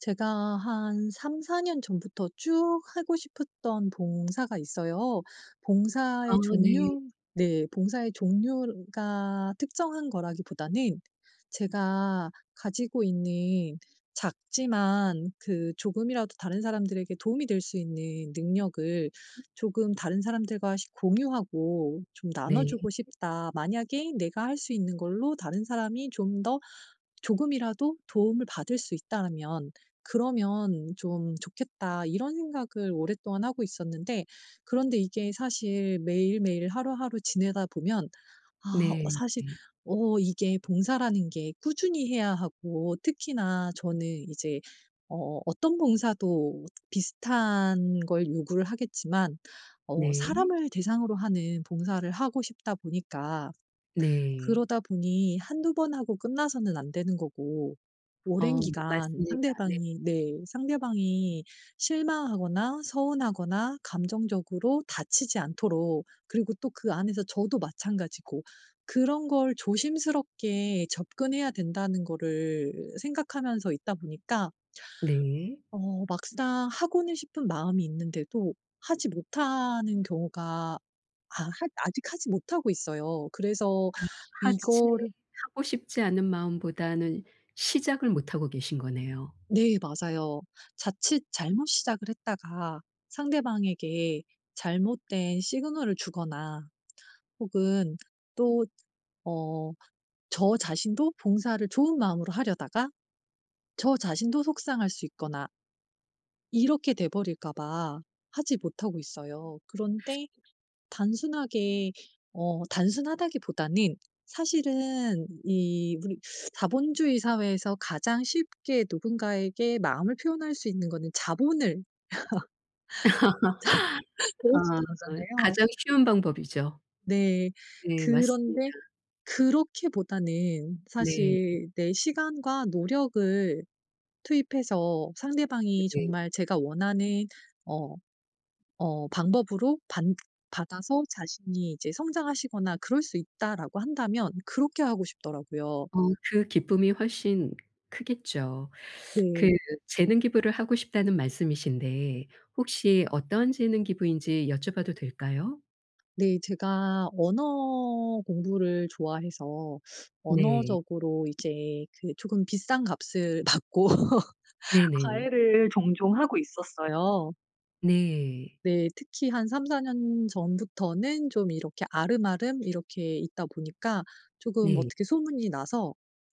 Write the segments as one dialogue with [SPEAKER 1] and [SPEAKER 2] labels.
[SPEAKER 1] 제가 한 3-4년 전부터 쭉 하고 싶었던 봉사가 있어요.
[SPEAKER 2] 아
[SPEAKER 1] 봉사의
[SPEAKER 2] 네.
[SPEAKER 1] 종류. 네. 봉사의 종류가 특정한 거라기보다는 제가 가지고 있는 작지만 그 조금이라도 다른 사람들에게 도움이 될 수 있는 능력을 조금 다른 사람들과 시 공유하고 좀
[SPEAKER 2] 네.
[SPEAKER 1] 나눠주고 싶다. 만약에 내가 할 수 있는 걸로 다른 사람이 좀 더 조금이라도 도움을 받을 수있다면 '그러면 좀 좋겠다.' 이런 생각을 오랫동안 하고 있었는데, 그런데 이게 사실 매일매일 하루하루 지내다 보면
[SPEAKER 2] 네.
[SPEAKER 1] 사실 이게 봉사라는 게 꾸준히 해야 하고, 특히나 저는 이제 어떤 봉사도 비슷한 걸 요구를 하겠지만
[SPEAKER 2] 네.
[SPEAKER 1] 사람을 대상으로 하는 봉사를 하고 싶다 보니까,
[SPEAKER 2] 네.
[SPEAKER 1] 그러다 보니 한두 번 하고 끝나서는 안 되는 거고, 오랜
[SPEAKER 2] 어
[SPEAKER 1] 기간
[SPEAKER 2] 맞습니다. 네.
[SPEAKER 1] 상대방이, 네, 상대방이 실망하거나 서운하거나 감정적으로 다치지 않도록, 그리고 또 그 안에서 저도 마찬가지고, 그런 걸 조심스럽게 접근해야 된다는 거를 생각하면서 있다 보니까
[SPEAKER 2] 네.
[SPEAKER 1] 막상 하고는 싶은 마음이 있는데도 하지 못하는 경우가, 아 하 아직 하지 못하고 있어요. 그래서
[SPEAKER 2] 하지
[SPEAKER 1] 이거를.
[SPEAKER 2] 하고 싶지 않은 마음보다는 시작을 못 하고 계신 거네요.
[SPEAKER 1] 네 맞아요. 자칫 잘못 시작을 했다가 상대방에게 잘못된 시그널을 주거나, 혹은 또, 어 저 자신도 봉사를 좋은 마음으로 하려다가 저 자신도 속상할 수 있거나 이렇게 돼 버릴까 봐 하지 못하고 있어요. 그런데 단순하게, 단순하다기보다는 사실은 이 우리 자본주의 사회에서 가장 쉽게 누군가에게 마음을 표현할 수 있는 거는 자본을 보여주는
[SPEAKER 2] 아
[SPEAKER 1] 거잖아요.
[SPEAKER 2] 가장 쉬운 방법이죠.
[SPEAKER 1] 네.
[SPEAKER 2] 네 맞습니다.
[SPEAKER 1] 그런데 그렇기보다는
[SPEAKER 2] 네.
[SPEAKER 1] 사실 내 시간과 노력을 투입해서 상대방이
[SPEAKER 2] 네.
[SPEAKER 1] 정말 제가 원하는 어 방법으로 받 받아서 자신이 이제 성장하시거나 그럴 수 있다라고 한다면 그렇게 하고 싶더라고요.
[SPEAKER 2] 어 그 기쁨이 훨씬 크겠죠. 그
[SPEAKER 1] 네.
[SPEAKER 2] 재능 기부를 하고 싶다는 말씀이신데 혹시 어떤 재능 기부인지 여쭤봐도 될까요?
[SPEAKER 1] 네, 제가 언어 공부를 좋아해서
[SPEAKER 2] 네.
[SPEAKER 1] 언어적으로 이제 그 조금 비싼 값을 받고
[SPEAKER 2] 네네.
[SPEAKER 1] 과외를 종종 하고 있었어요.
[SPEAKER 2] 네.
[SPEAKER 1] 네. 특히 한 3-4년 전부터는 좀 이렇게 아름아름 이렇게 있다 보니까 조금
[SPEAKER 2] 네.
[SPEAKER 1] 어떻게 소문이 나서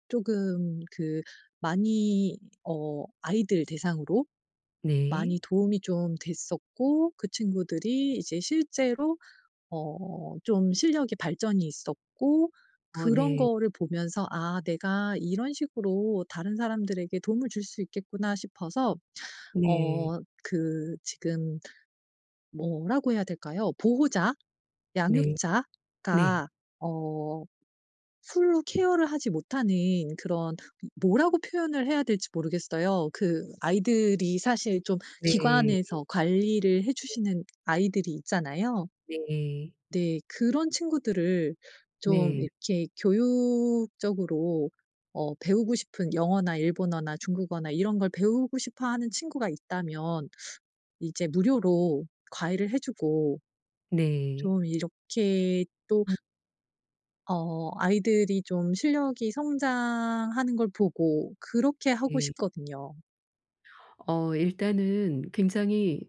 [SPEAKER 1] 조금 그 많이 아이들 대상으로
[SPEAKER 2] 네.
[SPEAKER 1] 많이 도움이 좀 됐었고, 그 친구들이 이제 실제로 어 좀 실력의 발전이 있었고,
[SPEAKER 2] 어
[SPEAKER 1] 그런
[SPEAKER 2] 네.
[SPEAKER 1] 거를 보면서 '아 내가 이런 식으로 다른 사람들에게 도움을 줄 수 있겠구나.' 싶어서
[SPEAKER 2] 네.
[SPEAKER 1] 어 그 지금 뭐라고 해야 될까요? 보호자,
[SPEAKER 2] 네. 네.
[SPEAKER 1] 양육자가 어 술로 케어를 하지 못하는 그런, 뭐라고 표현을 해야 될지 모르겠어요. 그 아이들이 사실 좀
[SPEAKER 2] 네.
[SPEAKER 1] 기관에서 관리를 해 주시는 아이들이 있잖아요.
[SPEAKER 2] 네.
[SPEAKER 1] 네. 그런 친구들을 좀
[SPEAKER 2] 네.
[SPEAKER 1] 이렇게 교육적으로 배우고 싶은 영어나 일본어나 중국어나 이런 걸 배우고 싶어 하는 친구가 있다면 이제 무료로 과외를 해 주고
[SPEAKER 2] 네.
[SPEAKER 1] 좀 이렇게 또
[SPEAKER 2] 음
[SPEAKER 1] 아이들이 좀 실력이 성장하는 걸 보고 그렇게 하고
[SPEAKER 2] 네.
[SPEAKER 1] 싶거든요.
[SPEAKER 2] 어 일단은 굉장히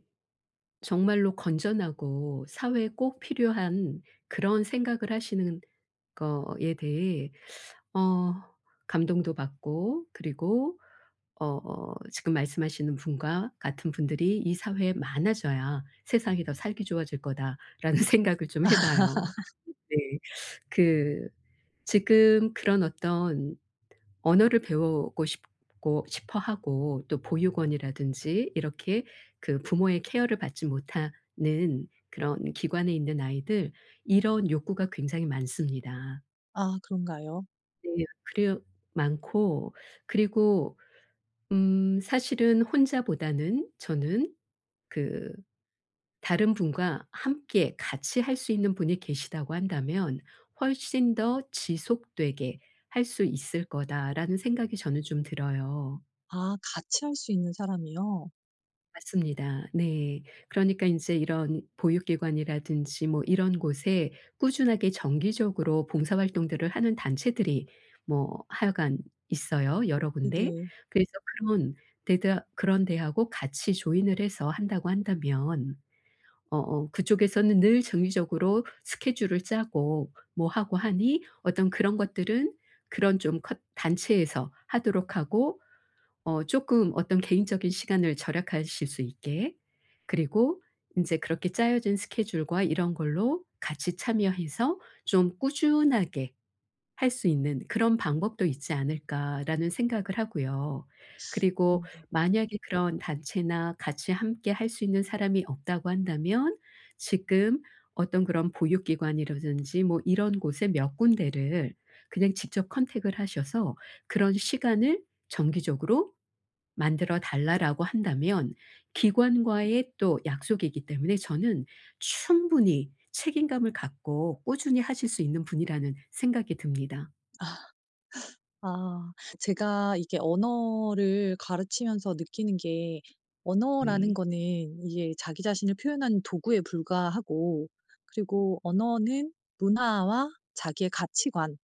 [SPEAKER 2] 정말로 건전하고 사회에 꼭 필요한 그런 생각을 하시는 거에 대해 어 감동도 받고 그리고 어 어, 지금 말씀하시는 분과 같은 분들이 '이 사회에 많아져야 세상이 더 살기 좋아질 거다.'라는 생각을 좀 해 봐요. 네. 그 지금 그런 어떤 언어를 배우고 싶고 싶어 하고 또 보육원이라든지 이렇게 그 부모의 케어를 받지 못하는 그런 기관에 있는 아이들, 이런 욕구가 굉장히 많습니다.
[SPEAKER 1] 아, 그런가요?
[SPEAKER 2] 네. 그래요. 많고 그리고 사실은 혼자보다는 저는 그 다른 분과 함께 같이 할 수 있는 분이 계시다고 한다면 훨씬 더 지속되게 할 수 있을 거다라는 생각이 저는 좀 들어요.
[SPEAKER 1] 아, 같이 할 수 있는 사람이요?
[SPEAKER 2] 맞습니다. 네. 그러니까 인제 이런 보육기관이라든지 뭐 이런 곳에 꾸준하게 정기적으로 봉사 활동들을 하는 단체들이 뭐 하여간 있어요, 여러 군데.
[SPEAKER 1] 네
[SPEAKER 2] 그래서 그런 데다 그런 데하고 같이 조인을 해서 한다고 한다면 어어 그쪽에서는 늘 정기적으로 스케줄을 짜고 뭐 하고 하니 어떤 그런 것들은 그런 좀 컷 단체에서 하도록 하고 어금 어떤 개인적인 시간을 절약하실 수 있게, 그리고 이제 그렇게 짜여진 스케줄과 이런 걸로 같이 참여해서 좀 꾸준하게 할 수 있는 그런 방법도 있지 않을까라는 생각을 하고요.
[SPEAKER 1] 네.
[SPEAKER 2] 그리고 만약에 그런 단체나 같이 함께 할 수 있는 사람이 없다고 한다면 지금 어떤 그런 보육기관이라든지 뭐 이런 곳에 몇 군데를 그냥 직접 컨택을 하셔서 그런 시간을 정기적으로 만들어 달라라고 한다면 기관과의 또 약속이기 때문에 저는 충분히 책임감을 갖고 꾸준히 하실 수 있는 분이라는 생각이 듭니다.
[SPEAKER 1] 아. 제가 이게 언어를 가르치면서 느끼는 게, 언어라는
[SPEAKER 2] 네.
[SPEAKER 1] 거는 이게 자기 자신을 표현하는 도구에 불과하고, 그리고 언어는 문화와 자기의 가치관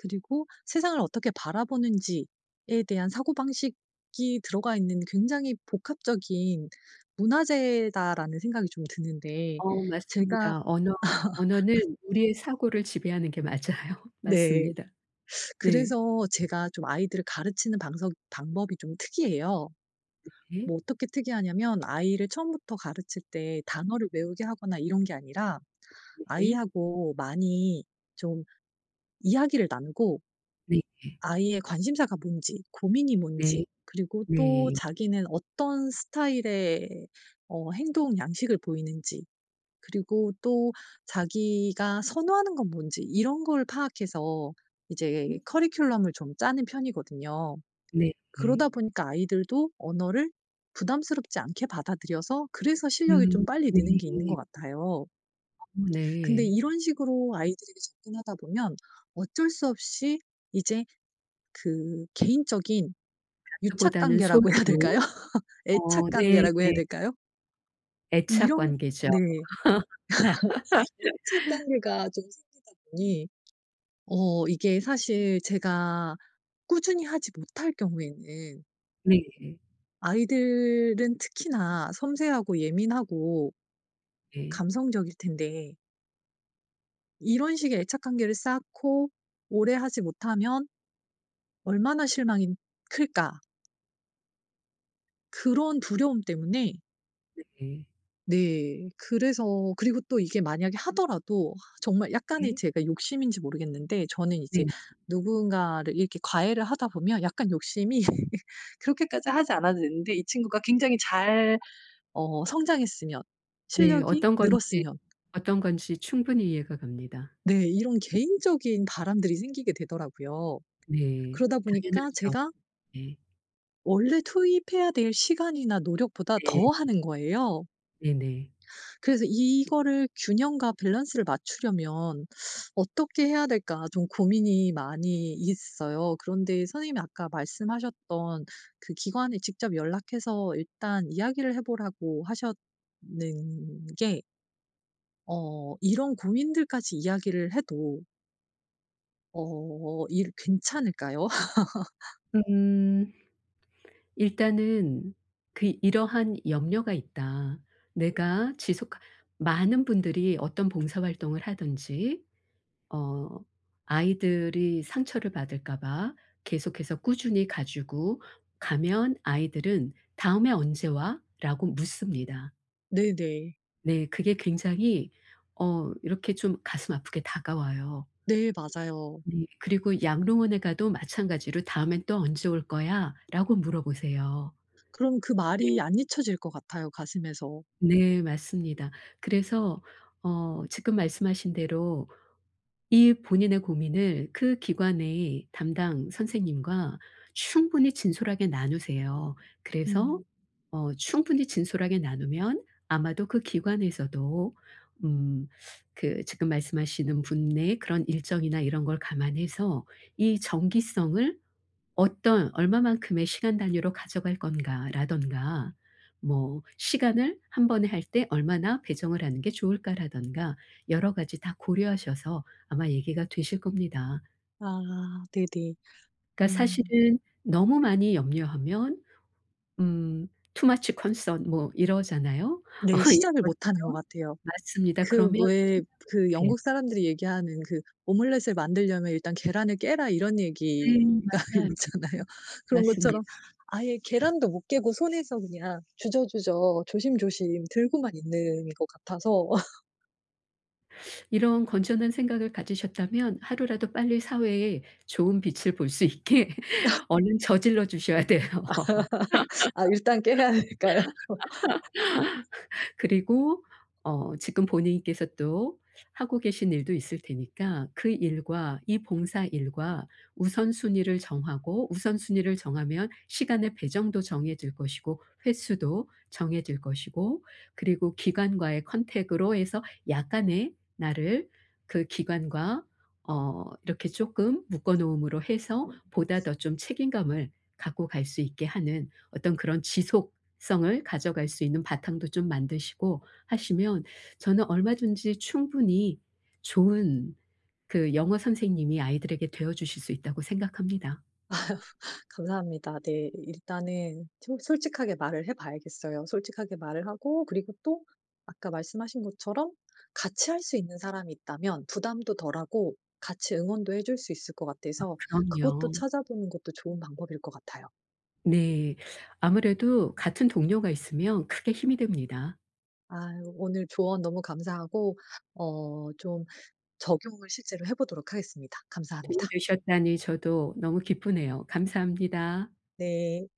[SPEAKER 1] 그리고 세상을 어떻게 바라보는지에 대한 사고방식이 들어가 있는 굉장히 복합적인 문화재다라는 생각이 좀 드는데
[SPEAKER 2] 어
[SPEAKER 1] 제가.
[SPEAKER 2] 맞습니다. 언어는 우리의 사고를 지배하는 게 맞아요.
[SPEAKER 1] 네.
[SPEAKER 2] 맞습니다. 네.
[SPEAKER 1] 그래서 제가 좀 아이들을 가르치는 방석 방법이 좀 특이해요.
[SPEAKER 2] 네.
[SPEAKER 1] 뭐 어떻게 특이하냐면, 아이를 처음부터 가르칠 때 단어를 외우게 하거나 이런 게 아니라
[SPEAKER 2] 네.
[SPEAKER 1] 아이하고 많이 좀 이야기를 나누고,
[SPEAKER 2] 네.
[SPEAKER 1] 아이의 관심사가 뭔지, 고민이 뭔지, 그리고 또
[SPEAKER 2] 네.
[SPEAKER 1] 자기는 어떤 스타일의 행동 양식을 보이는지, 그리고 또 자기가 선호하는 건 뭔지 이런 걸 파악해서 이제
[SPEAKER 2] 네.
[SPEAKER 1] 커리큘럼을 좀 짜는 편이거든요.
[SPEAKER 2] 네. 네.
[SPEAKER 1] 그러다 보니까 아이들도 언어를 부담스럽지 않게 받아들여서, 그래서 실력이 좀 빨리
[SPEAKER 2] 네.
[SPEAKER 1] 느는 게 있는 것 같아요.
[SPEAKER 2] 어
[SPEAKER 1] 근데
[SPEAKER 2] 네.
[SPEAKER 1] 이런 식으로 아이들에게 접근하다 보면 어쩔 수 없이 이제 그 개인적인 유착
[SPEAKER 2] 다수보다는 소수.
[SPEAKER 1] 관계라고 해야 될까요?
[SPEAKER 2] 어
[SPEAKER 1] 애착
[SPEAKER 2] 네
[SPEAKER 1] 관계라고 해야
[SPEAKER 2] 네.
[SPEAKER 1] 될까요?
[SPEAKER 2] 애착
[SPEAKER 1] 이런.
[SPEAKER 2] 관계죠.
[SPEAKER 1] 네. 애착 관계가 좀 생기다 보니 이게 사실 제가 꾸준히 하지 못할 경우에는,
[SPEAKER 2] 네. 네.
[SPEAKER 1] 아이들은 특히나 섬세하고 예민하고 감성적일 텐데 이런 식의 애착 관계를 쌓고 오래 하지 못하면 얼마나 실망이 클까. 그런 두려움 때문에.
[SPEAKER 2] 네.
[SPEAKER 1] 네 그래서, 그리고 또 이게 만약에 하더라도 정말 약간의,
[SPEAKER 2] 네.
[SPEAKER 1] 제가 욕심인지 모르겠는데 저는 이제
[SPEAKER 2] 네네.
[SPEAKER 1] 누군가를 이렇게 과외를 하다 보면 약간 욕심이 그렇게까지 하지 않아도 되는데 이 친구가 굉장히 잘 성장했으면,
[SPEAKER 2] 네.
[SPEAKER 1] 실력이 늘었으면.
[SPEAKER 2] 어떤 건지 충분히 이해가 갑니다.
[SPEAKER 1] 네, 이런 개인적인 바람들이 생기게 되더라고요.
[SPEAKER 2] 네.
[SPEAKER 1] 그러다 보니까
[SPEAKER 2] 당연하죠.
[SPEAKER 1] 제가
[SPEAKER 2] 네.
[SPEAKER 1] 원래 투입해야 될 시간이나 노력보다
[SPEAKER 2] 네.
[SPEAKER 1] 더 하는 거예요.
[SPEAKER 2] 네네.
[SPEAKER 1] 그래서 이거를 균형과 밸런스를 맞추려면 어떻게 해야 될까 좀 고민이 많이 있어요. 그런데 선생님이 아까 말씀하셨던 그 기관에 직접 연락해서 일단 이야기를 해 보라고 하셨는 게, 이런 고민들까지 이야기를 해도 어 일 괜찮을까요?
[SPEAKER 2] 음. 일단은 그 이러한 염려가 있다. 내가 지속 많은 분들이 어떤 봉사 활동을 하든지 어 아이들이 상처를 받을까 봐 계속해서 꾸준히 가지고 가면 아이들은 "다음에 언제 와?"라고 묻습니다.
[SPEAKER 1] 네네.
[SPEAKER 2] 네. 그게 굉장히 어 이렇게 좀 가슴 아프게 다가와요.
[SPEAKER 1] 네 맞아요.
[SPEAKER 2] 네. 그리고 양로원에 가도 마찬가지로 "다음엔 또 언제 올 거야?"라고 물어보세요.
[SPEAKER 1] 그럼 그
[SPEAKER 2] 네.
[SPEAKER 1] 말이 안 잊혀질 것 같아요, 가슴에서.
[SPEAKER 2] 네 맞습니다. 그래서 어 지금 말씀하신 대로 이 본인의 고민을 그 기관의 담당 선생님과 충분히 진솔하게 나누세요. 그래서
[SPEAKER 1] 음.
[SPEAKER 2] 어 충분히 진솔하게 나누면 아마도 그 기관에서도 음 그 지금 말씀하시는 분의 그런 일정이나 이런 걸 감안해서 이 정기성을 어떤 얼마만큼의 시간 단위로 가져갈 건가라던가 뭐 시간을 한 번에 할 때 얼마나 배정을 하는 게 좋을까라던가 여러 가지 다 고려하셔서 아마 얘기가 되실 겁니다.
[SPEAKER 1] 아, 네네.
[SPEAKER 2] 그러니까
[SPEAKER 1] 음.
[SPEAKER 2] 사실은 너무 많이 염려하면 음 too much concern 뭐 이러잖아요. 어
[SPEAKER 1] 네,
[SPEAKER 2] 이런
[SPEAKER 1] 시작을 못 하는 것
[SPEAKER 2] 것처럼
[SPEAKER 1] 같아요.
[SPEAKER 2] 맞습니다.
[SPEAKER 1] 그
[SPEAKER 2] 그러면
[SPEAKER 1] 왜
[SPEAKER 2] 시작을
[SPEAKER 1] 그
[SPEAKER 2] 못 해요.
[SPEAKER 1] 영국 사람들이 얘기하는 그 "오믈렛을 만들려면 일단 계란을 깨라." 이런
[SPEAKER 2] 네
[SPEAKER 1] 얘기가
[SPEAKER 2] 맞아요.
[SPEAKER 1] 있잖아요. 그런 것처럼
[SPEAKER 2] 맞습니다.
[SPEAKER 1] 아예 계란도 못 깨고 손에서 그냥 주저주저 조심조심 들고만 있는 것 같아서.
[SPEAKER 2] 이런 건전한 생각을 가지셨다면 하루라도 빨리 사회에 좋은 빛을 볼 수 있게 얼른 저질러 주셔야 돼요.
[SPEAKER 1] 아, 일단 깨야 될까요?
[SPEAKER 2] 그리고 어 지금 본인께서 또 하고 계신 일도 있을 테니까 그 일과 이 봉사 일과 우선순위를 정하고 우선순위를 정하면 시간의 배정도 정해질 것이고 횟수도 정해질 것이고, 그리고 기관과의 컨택으로 해서 약간의 나를 그 기관과 어 이렇게 조금 묶어 놓음으로 해서 보다 더 좀 책임감을 갖고 갈 수 있게 하는 어떤 그런 지속 성을 가져갈 수 있는 바탕도 좀 만드시고 하시면 저는 얼마든지 충분히 좋은 그 영어 선생님이 아이들에게 되어 주실 수 있다고 생각합니다.
[SPEAKER 1] 감사합니다. 네. 일단은 솔 솔직하게 말을 해 봐야겠어요. 솔직하게 말을 하고, 그리고 또 아까 말씀하신 것처럼 같이 할 수 있는 사람이 있다면 부담도 덜하고 같이 응원도 해줄 수 있을 것 같아서 그것도
[SPEAKER 2] 그럼요.
[SPEAKER 1] 찾아보는 것도 좋은 방법일 것 같아요.
[SPEAKER 2] 네. 아무래도 같은 동료가 있으면 크게 힘이 됩니다.
[SPEAKER 1] 아, 오늘 조언 너무 감사하고 좀 적용을 실제로 해 보도록 하겠습니다. 감사합니다.
[SPEAKER 2] 도움 되셨다니 저도 너무 기쁘네요. 감사합니다.
[SPEAKER 1] 네.